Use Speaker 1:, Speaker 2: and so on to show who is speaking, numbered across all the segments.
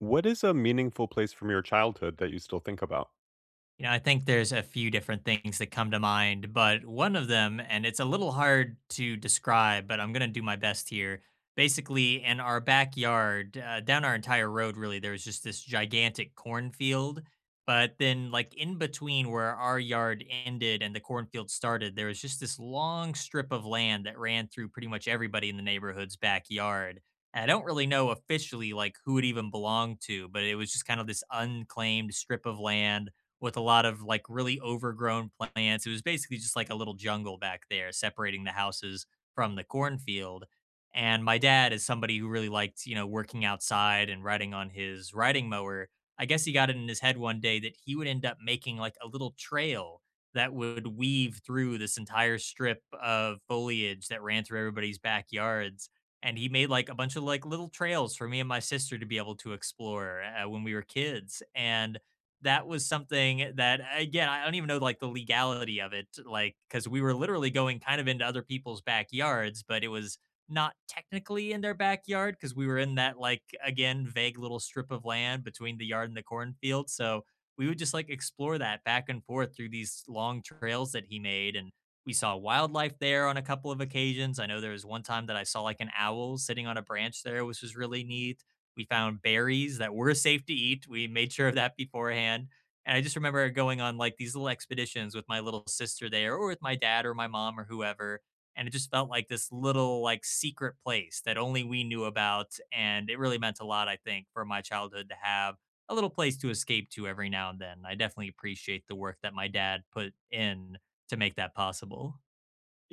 Speaker 1: What is a meaningful place from your childhood that you still think about?
Speaker 2: I think there's a few different things that come to mind, but one of them, and it's a little hard to describe, but I'm going to do my best here. Basically, in our backyard, down our entire road, really, there was just this gigantic cornfield. But then, like in between where our yard ended and the cornfield started, there was just this long strip of land that ran through pretty much everybody in the neighborhood's backyard. And I don't really know officially like who it even belonged to, but it was just kind of this unclaimed strip of land with a lot of like really overgrown plants. It was basically just like a little jungle back there separating the houses from the cornfield. And my dad is somebody who really liked, working outside and riding on his riding mower. I guess he got it in his head one day that he would end up making like a little trail that would weave through this entire strip of foliage that ran through everybody's backyards. And he made like a bunch of like little trails for me and my sister to be able to explore when we were kids. And that was something that, again, I don't even know like the legality of it, like because we were literally going kind of into other people's backyards, but it was not technically in their backyard because we were in that, like, again, vague little strip of land between the yard and the cornfield. So we would just like explore that back and forth through these long trails that he made. And we saw wildlife there on a couple of occasions. I know there was one time that I saw like an owl sitting on a branch there, which was really neat. We found berries that were safe to eat. We made sure of that beforehand. And I just remember going on like these little expeditions with my little sister there, or with my dad or my mom or whoever. And it just felt like this little like secret place that only we knew about. And it really meant a lot, I think, for my childhood to have a little place to escape to every now and then. I definitely appreciate the work that my dad put in to make that possible.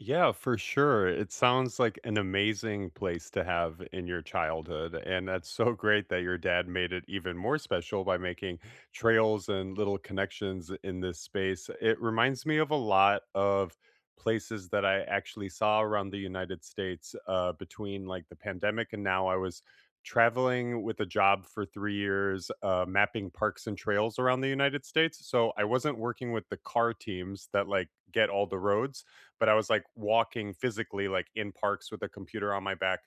Speaker 1: Yeah, for sure. It sounds like an amazing place to have in your childhood. And that's so great that your dad made it even more special by making trails and little connections in this space. It reminds me of a lot of places that I actually saw around the United States between like the pandemic and now. I was traveling with a job for 3 years, mapping parks and trails around the United States. So I wasn't working with the car teams that like get all the roads, but I was like walking physically, like in parks with a computer on my back,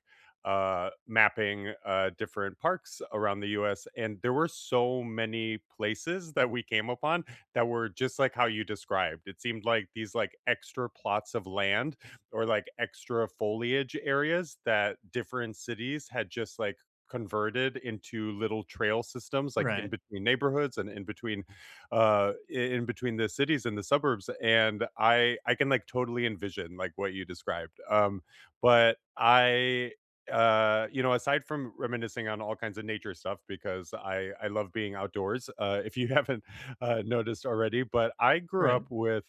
Speaker 1: mapping different parks around the US. And there were so many places that we came upon that were just like how you described. It seemed like these like extra plots of land or like extra foliage areas that different cities had just like converted into little trail systems like in
Speaker 2: Right.
Speaker 1: between neighborhoods and in between in between the cities and the suburbs. And I can like totally envision like what you described. But I you know aside from reminiscing on all kinds of nature stuff because I love being outdoors, if you haven't noticed already, but i grew
Speaker 2: Right.
Speaker 1: up with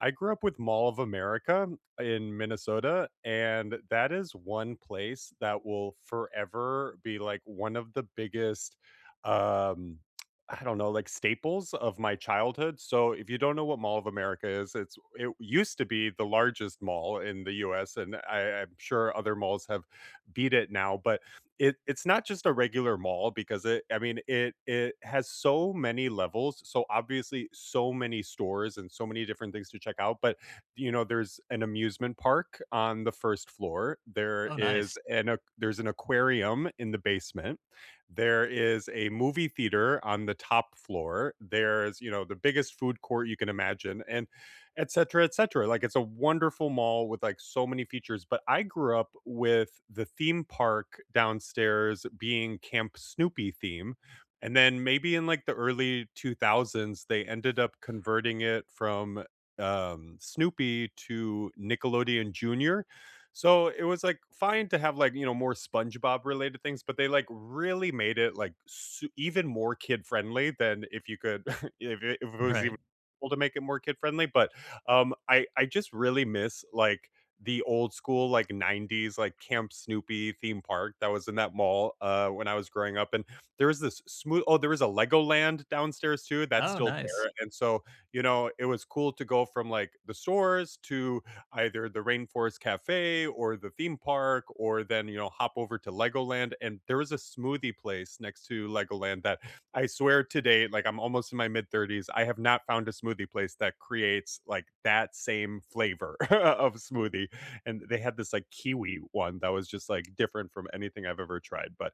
Speaker 1: i grew up with Mall of America in Minnesota, and that is one place that will forever be like one of the biggest, um I don't know, like, staples of my childhood. So if you don't know what Mall of America is, it used to be the largest mall in the US, and I'm sure other malls have beat it now, but it's not just a regular mall because it I mean, it has so many levels, so obviously so many stores and so many different things to check out. But, you know, there's an amusement park on the 1st floor, there
Speaker 2: Oh,
Speaker 1: is
Speaker 2: nice.
Speaker 1: an a there's an aquarium in the basement, there is a movie theater on the top floor. There's, you know, the biggest food court you can imagine, and et cetera, et cetera. Like it's a wonderful mall with like so many features. But I grew up with the theme park downstairs being Camp Snoopy theme. And then maybe in like the early 2000s, they ended up converting it from Snoopy to Nickelodeon Jr. So it was like fine to have like, you know, more SpongeBob related things, but they like really made it like even more kid friendly, than if you could, if it was even
Speaker 2: Right.
Speaker 1: possible to make it more kid friendly. But I just really miss like the old school like 90s like Camp Snoopy theme park that was in that mall when I was growing up. And there was this smooth oh there was a Legoland downstairs too, that's
Speaker 2: Oh,
Speaker 1: still
Speaker 2: nice.
Speaker 1: there. And so, you know, it was cool to go from like the stores to either the Rainforest Cafe or the theme park, or then, you know, hop over to Legoland. And there was a smoothie place next to Legoland that I swear to date, like I'm almost in my mid 30s, I have not found a smoothie place that creates like that same flavor of smoothie. And they had this like kiwi one that was just like different from anything I've ever tried. But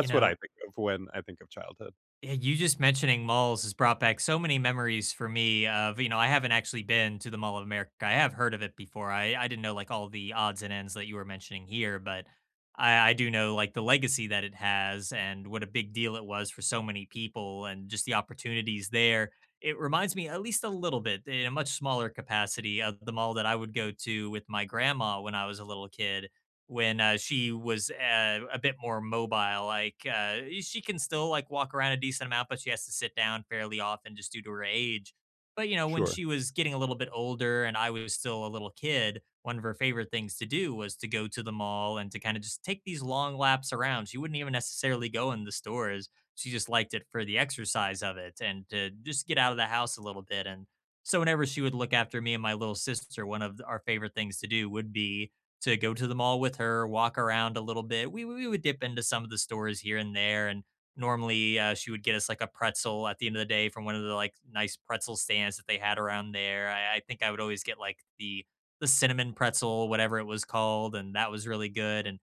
Speaker 2: You
Speaker 1: what I
Speaker 2: know,
Speaker 1: think of when I think of childhood.
Speaker 2: Yeah, you just mentioning malls has brought back so many memories for me I haven't actually been to the Mall of America. I have heard of it before. I didn't know like all the odds and ends that you were mentioning here, but I do know like the legacy that it has and what a big deal it was for so many people and just the opportunities there. It reminds me, at least a little bit, in a much smaller capacity, of the mall that I would go to with my grandma when I was a little kid, when she was a bit more mobile. Like, she can still like walk around a decent amount, but she has to sit down fairly often just due to her age. But when
Speaker 1: Sure.
Speaker 2: she was getting a little bit older and I was still a little kid, one of her favorite things to do was to go to the mall and to kind of just take these long laps around. She wouldn't even necessarily go in the stores. She just liked it for the exercise of it and to just get out of the house a little bit. And so whenever she would look after me and my little sister, one of our favorite things to do would be to go to the mall with her, walk around a little bit. We would dip into some of the stores here and there. And normally she would get us like a pretzel at the end of the day from one of the like nice pretzel stands that they had around there. I think I would always get like the cinnamon pretzel, whatever it was called, and that was really good. And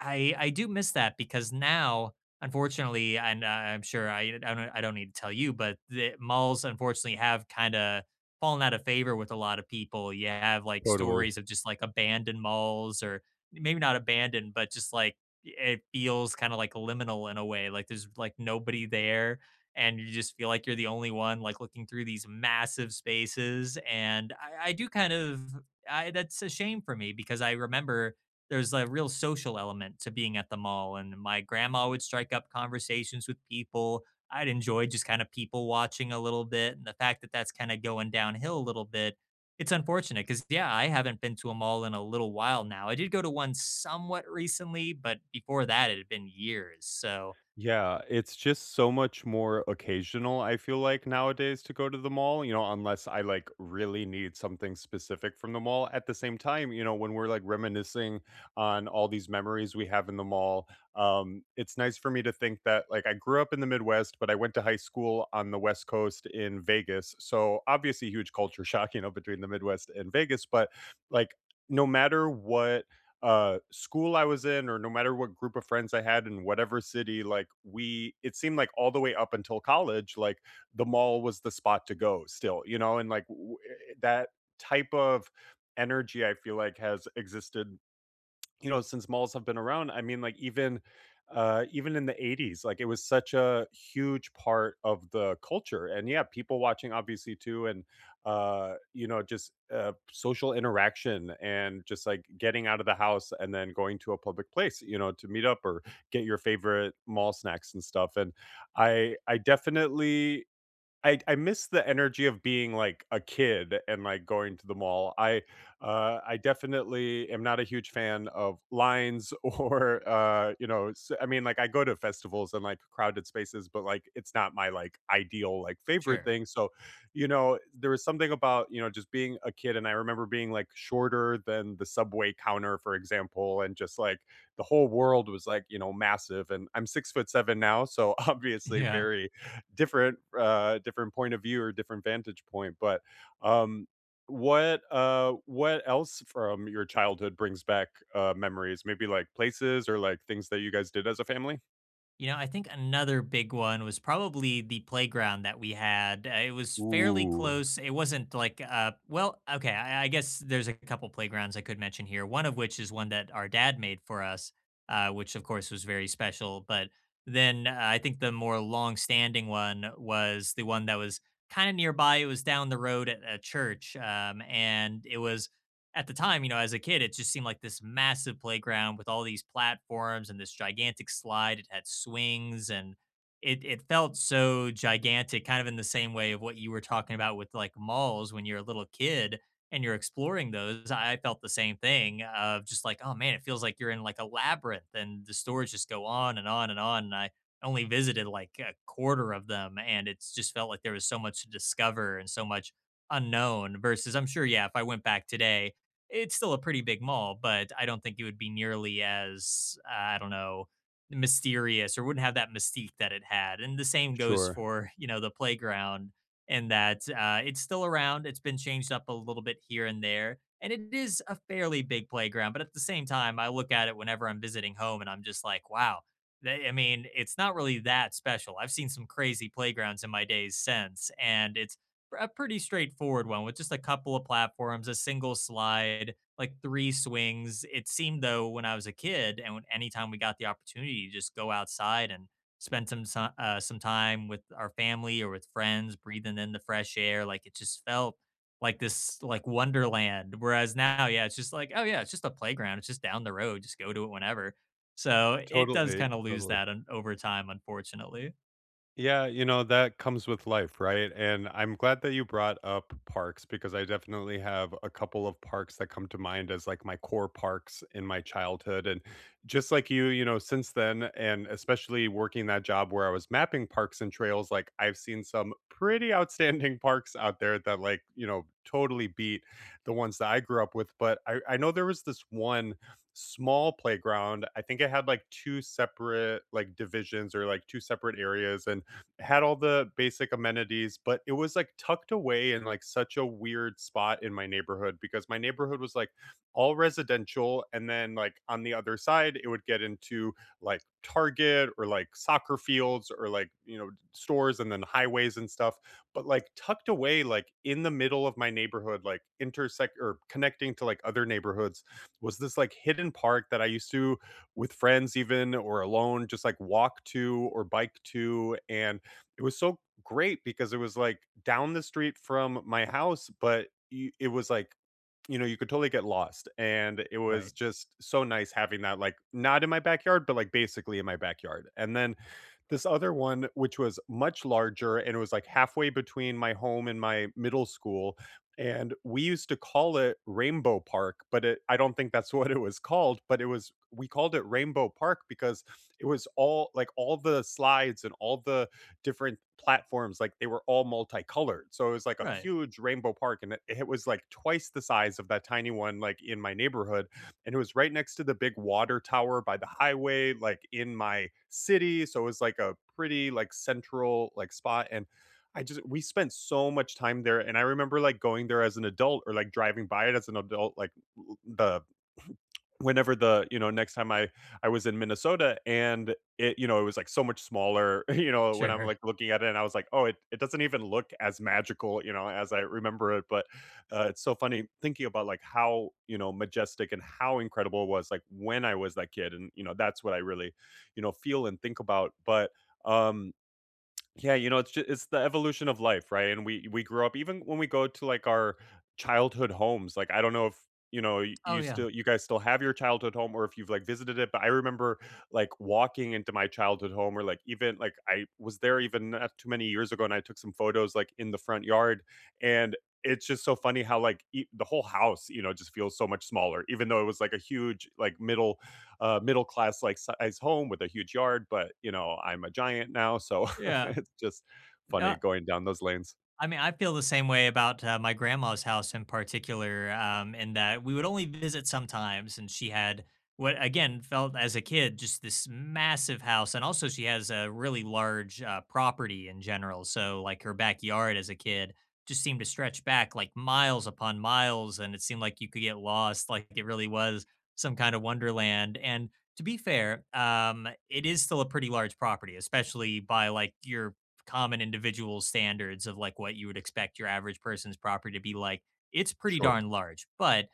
Speaker 2: I do miss that because now, unfortunately, and I'm sure I don't need to tell you, but the malls unfortunately have kind of fallen out of favor with a lot of people. You have like
Speaker 1: Totally.
Speaker 2: stories of just like abandoned malls, or maybe not abandoned, but just like it feels kind of like liminal in a way. Like there's like nobody there, and you just feel like you're the only one like looking through these massive spaces. And I do kind of I, that's a shame for me because I remember there's a real social element to being at the mall, and my grandma would strike up conversations with people. I'd enjoy just kind of people watching a little bit. And the fact that that's kind of going downhill a little bit, it's unfortunate because, yeah, I haven't been to a mall in a little while now. I did go to one somewhat recently, but before that it had been years, so. uh,
Speaker 1: Yeah, it's just so much more occasional, I feel like, nowadays to go to the mall, you know, unless I like really need something specific from the mall. At the same time, you know, when we're like reminiscing on all these memories we have in the mall, it's nice for me to think that like I grew up in the Midwest, but I went to high school on the West Coast in Vegas. So obviously, huge culture shock, you know, between the Midwest and Vegas. But like, no matter what school I was in, or no matter what group of friends I had in whatever city, like we, it seemed like all the way up until college, like the mall was the spot to go still, you know. And like that type of energy I feel like has existed, you know, since malls have been around. I mean, like even even in the 80s, like it was such a huge part of the culture. And yeah, people watching obviously too, and you know, just social interaction, and just like getting out of the house and then going to a public place, you know, to meet up or get your favorite mall snacks and stuff. And I definitely I miss the energy of being like a kid and like going to the mall. I definitely am not a huge fan of lines, or you know. S I mean, like I go to festivals and like crowded spaces, but like it's not my like ideal like favorite
Speaker 2: sure.
Speaker 1: thing. So, you know, there was something about, you know, just being a kid, and I remember being like shorter than the subway counter, for example, and just like the whole world was like, you know, massive. And I'm 6'7" now, so obviously
Speaker 2: Yeah.
Speaker 1: very different different point of view or different vantage point. But um what else from your childhood brings back memories? Maybe like places or like things that you guys did as a family?
Speaker 2: I think another big one was probably the playground that we had. It was fairly
Speaker 1: Ooh,
Speaker 2: close. It wasn't like, well, okay, I guess there's a couple playgrounds I could mention here. One of which is one that our dad made for us, which of course was very special. But then I think the more long-standing one was the one that was kind of nearby. It was down the road at a church, and it was, at the time, as a kid, it just seemed like this massive playground with all these platforms and this gigantic slide. It had swings and it felt so gigantic, kind of in the same way of what you were talking about with like malls when you're a little kid and you're exploring those. I felt the same thing of just like, oh man, it feels like you're in like a labyrinth and the stores just go on and on and on. And I only visited like a quarter of them, and it's just felt like there was so much to discover and so much unknown. Versus I'm sure, yeah, if I went back today, it's still a pretty big mall, but I don't think it would be nearly as, I don't know, mysterious, or wouldn't have that mystique that it had. And the same goes
Speaker 1: sure.
Speaker 2: for, the playground, and that it's still around. It's been changed up a little bit here and there. And it is a fairly big playground. But at the same time, I look at it whenever I'm visiting home and I'm just like, wow, I mean, it's not really that special. I've seen some crazy playgrounds in my days since, and it's a pretty straightforward one with just a couple of platforms, a single slide, like three swings. It seemed, though, when I was a kid, and when, anytime we got the opportunity to just go outside and spend some time with our family or with friends, breathing in the fresh air, like it just felt like this like wonderland. Whereas now, yeah, it's just like, oh yeah, it's just a playground. It's just down the road. Just go to it whenever. So it does
Speaker 1: Totally,
Speaker 2: kind of lose
Speaker 1: totally.
Speaker 2: that over time, unfortunately.
Speaker 1: Yeah, you know, that comes with life, right? And I'm glad that you brought up parks, because I definitely have a couple of parks that come to mind as like my core parks in my childhood. And just like you know, since then, and especially working that job where I was mapping parks and trails, like I've seen some pretty outstanding parks out there that, like, you know, totally beat the ones that I grew up with. But I know there was this one small playground. I think it had like two separate like divisions or like two separate areas. And had all the basic amenities, but it was like tucked away in like such a weird spot in my neighborhood, because my neighborhood was like all residential. And then like on the other side, it would get into like Target or like soccer fields or like, you know, stores and then highways and stuff. But like tucked away, like in the middle of my neighborhood, like intersect or connecting to like other neighborhoods, was this like hidden park that I used to, with friends even or alone, just like walk to or bike to. And it was so great because it was, like, down the street from my house, but you, it was, like, you know, you could totally get lost, and it was
Speaker 2: Right.
Speaker 1: just so nice having that, like, not in my backyard, but, like, basically in my backyard. And then this other one, which was much larger, and it was, like, halfway between my home and my middle school, and we used to call it Rainbow Park, but it, I don't think that's what it was called. But it was, we called it Rainbow Park because it was all like, all the slides and all the different platforms, like they were all multicolored, so it was like a
Speaker 2: Right.
Speaker 1: huge rainbow park. And it was like twice the size of that tiny one like in my neighborhood. And it was right next to the big water tower by the highway like in my city, so it was like a pretty like central like spot. And I just, we spent so much time there. And I remember like going there as an adult or like driving by it as an adult, like the whenever the you know, next time I was in Minnesota. And it, you know, it was, like, so much smaller, you know, when I'm,
Speaker 2: Sure.
Speaker 1: like, looking at it, and I was like, "Oh, it doesn't even look as magical, you know, as I remember it," but, it's so funny thinking about, like, how, you know, majestic and how incredible it was, like, when I was that kid, and, you know, that's what I really, you know, feel and think about. But, um yeah, you know, it's just, it's the evolution of life, right? And we grew up even when we go to like our childhood homes. Like I don't know if, you know, y-
Speaker 2: Oh
Speaker 1: you
Speaker 2: yeah.
Speaker 1: still you guys still have your childhood home or if you've like visited it. But I remember like walking into my childhood home, or like, even like I was there even not too many years ago, and I took some photos like in the front yard. And it's just so funny how like the whole house, you know, just feels so much smaller, even though it was like a huge like middle class like size home with a huge yard. But you know, I'm a giant now, so
Speaker 2: Yeah.
Speaker 1: it's just funny
Speaker 2: No,
Speaker 1: going down those lanes.
Speaker 2: I mean, I feel the same way about my grandma's house in particular, in that we would only visit sometimes, and she had what again felt as a kid just this massive house, and also she has a really large property in general. So, like her backyard as a kid just seemed to stretch back like miles upon miles, and it seemed like you could get lost, like it really was some kind of wonderland. And to be fair, it is still a pretty large property, especially by like your common individual standards of like what you would expect your average person's property to be like, it's pretty
Speaker 1: Sure.
Speaker 2: darn large. But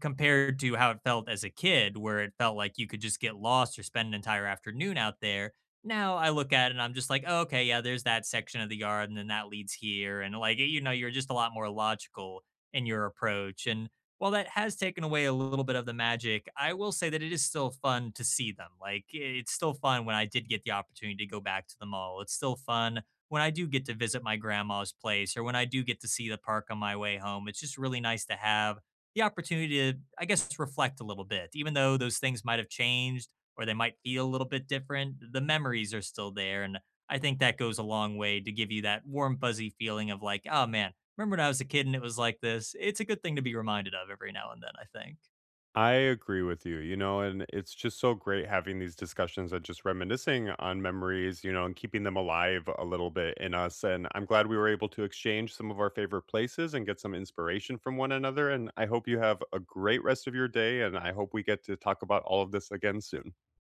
Speaker 2: compared to how it felt as a kid, where it felt like you could just get lost or spend an entire afternoon out there. Now I look at it and I'm just like, oh, okay, yeah, there's that section of the yard, and then that leads here. And, like, you're just a lot more logical in your approach. And while that has taken away a little bit of the magic, I will say that it is still fun to see them. Like, it's still fun when I did get the opportunity to go back to the mall. It's still fun when I do get to visit my grandma's place or when I do get to see the park on my way home. It's just really nice to have the opportunity to, I guess, reflect a little bit. Even though those things might have changed or they might feel a little bit different, the memories are still there. And I think that goes a long way to give you that warm, fuzzy feeling of like, oh man, remember when I was a kid and it was like this? It's a good thing to be reminded of every now and then, I think.
Speaker 1: I agree with you, you know, and it's just so great having these discussions and just reminiscing on memories, you know, and keeping them alive a little bit in us. And I'm glad we were able to exchange some of our favorite places and get some inspiration from one another. And I hope you have a great rest of your day. And I hope we get to talk about all of this again soon.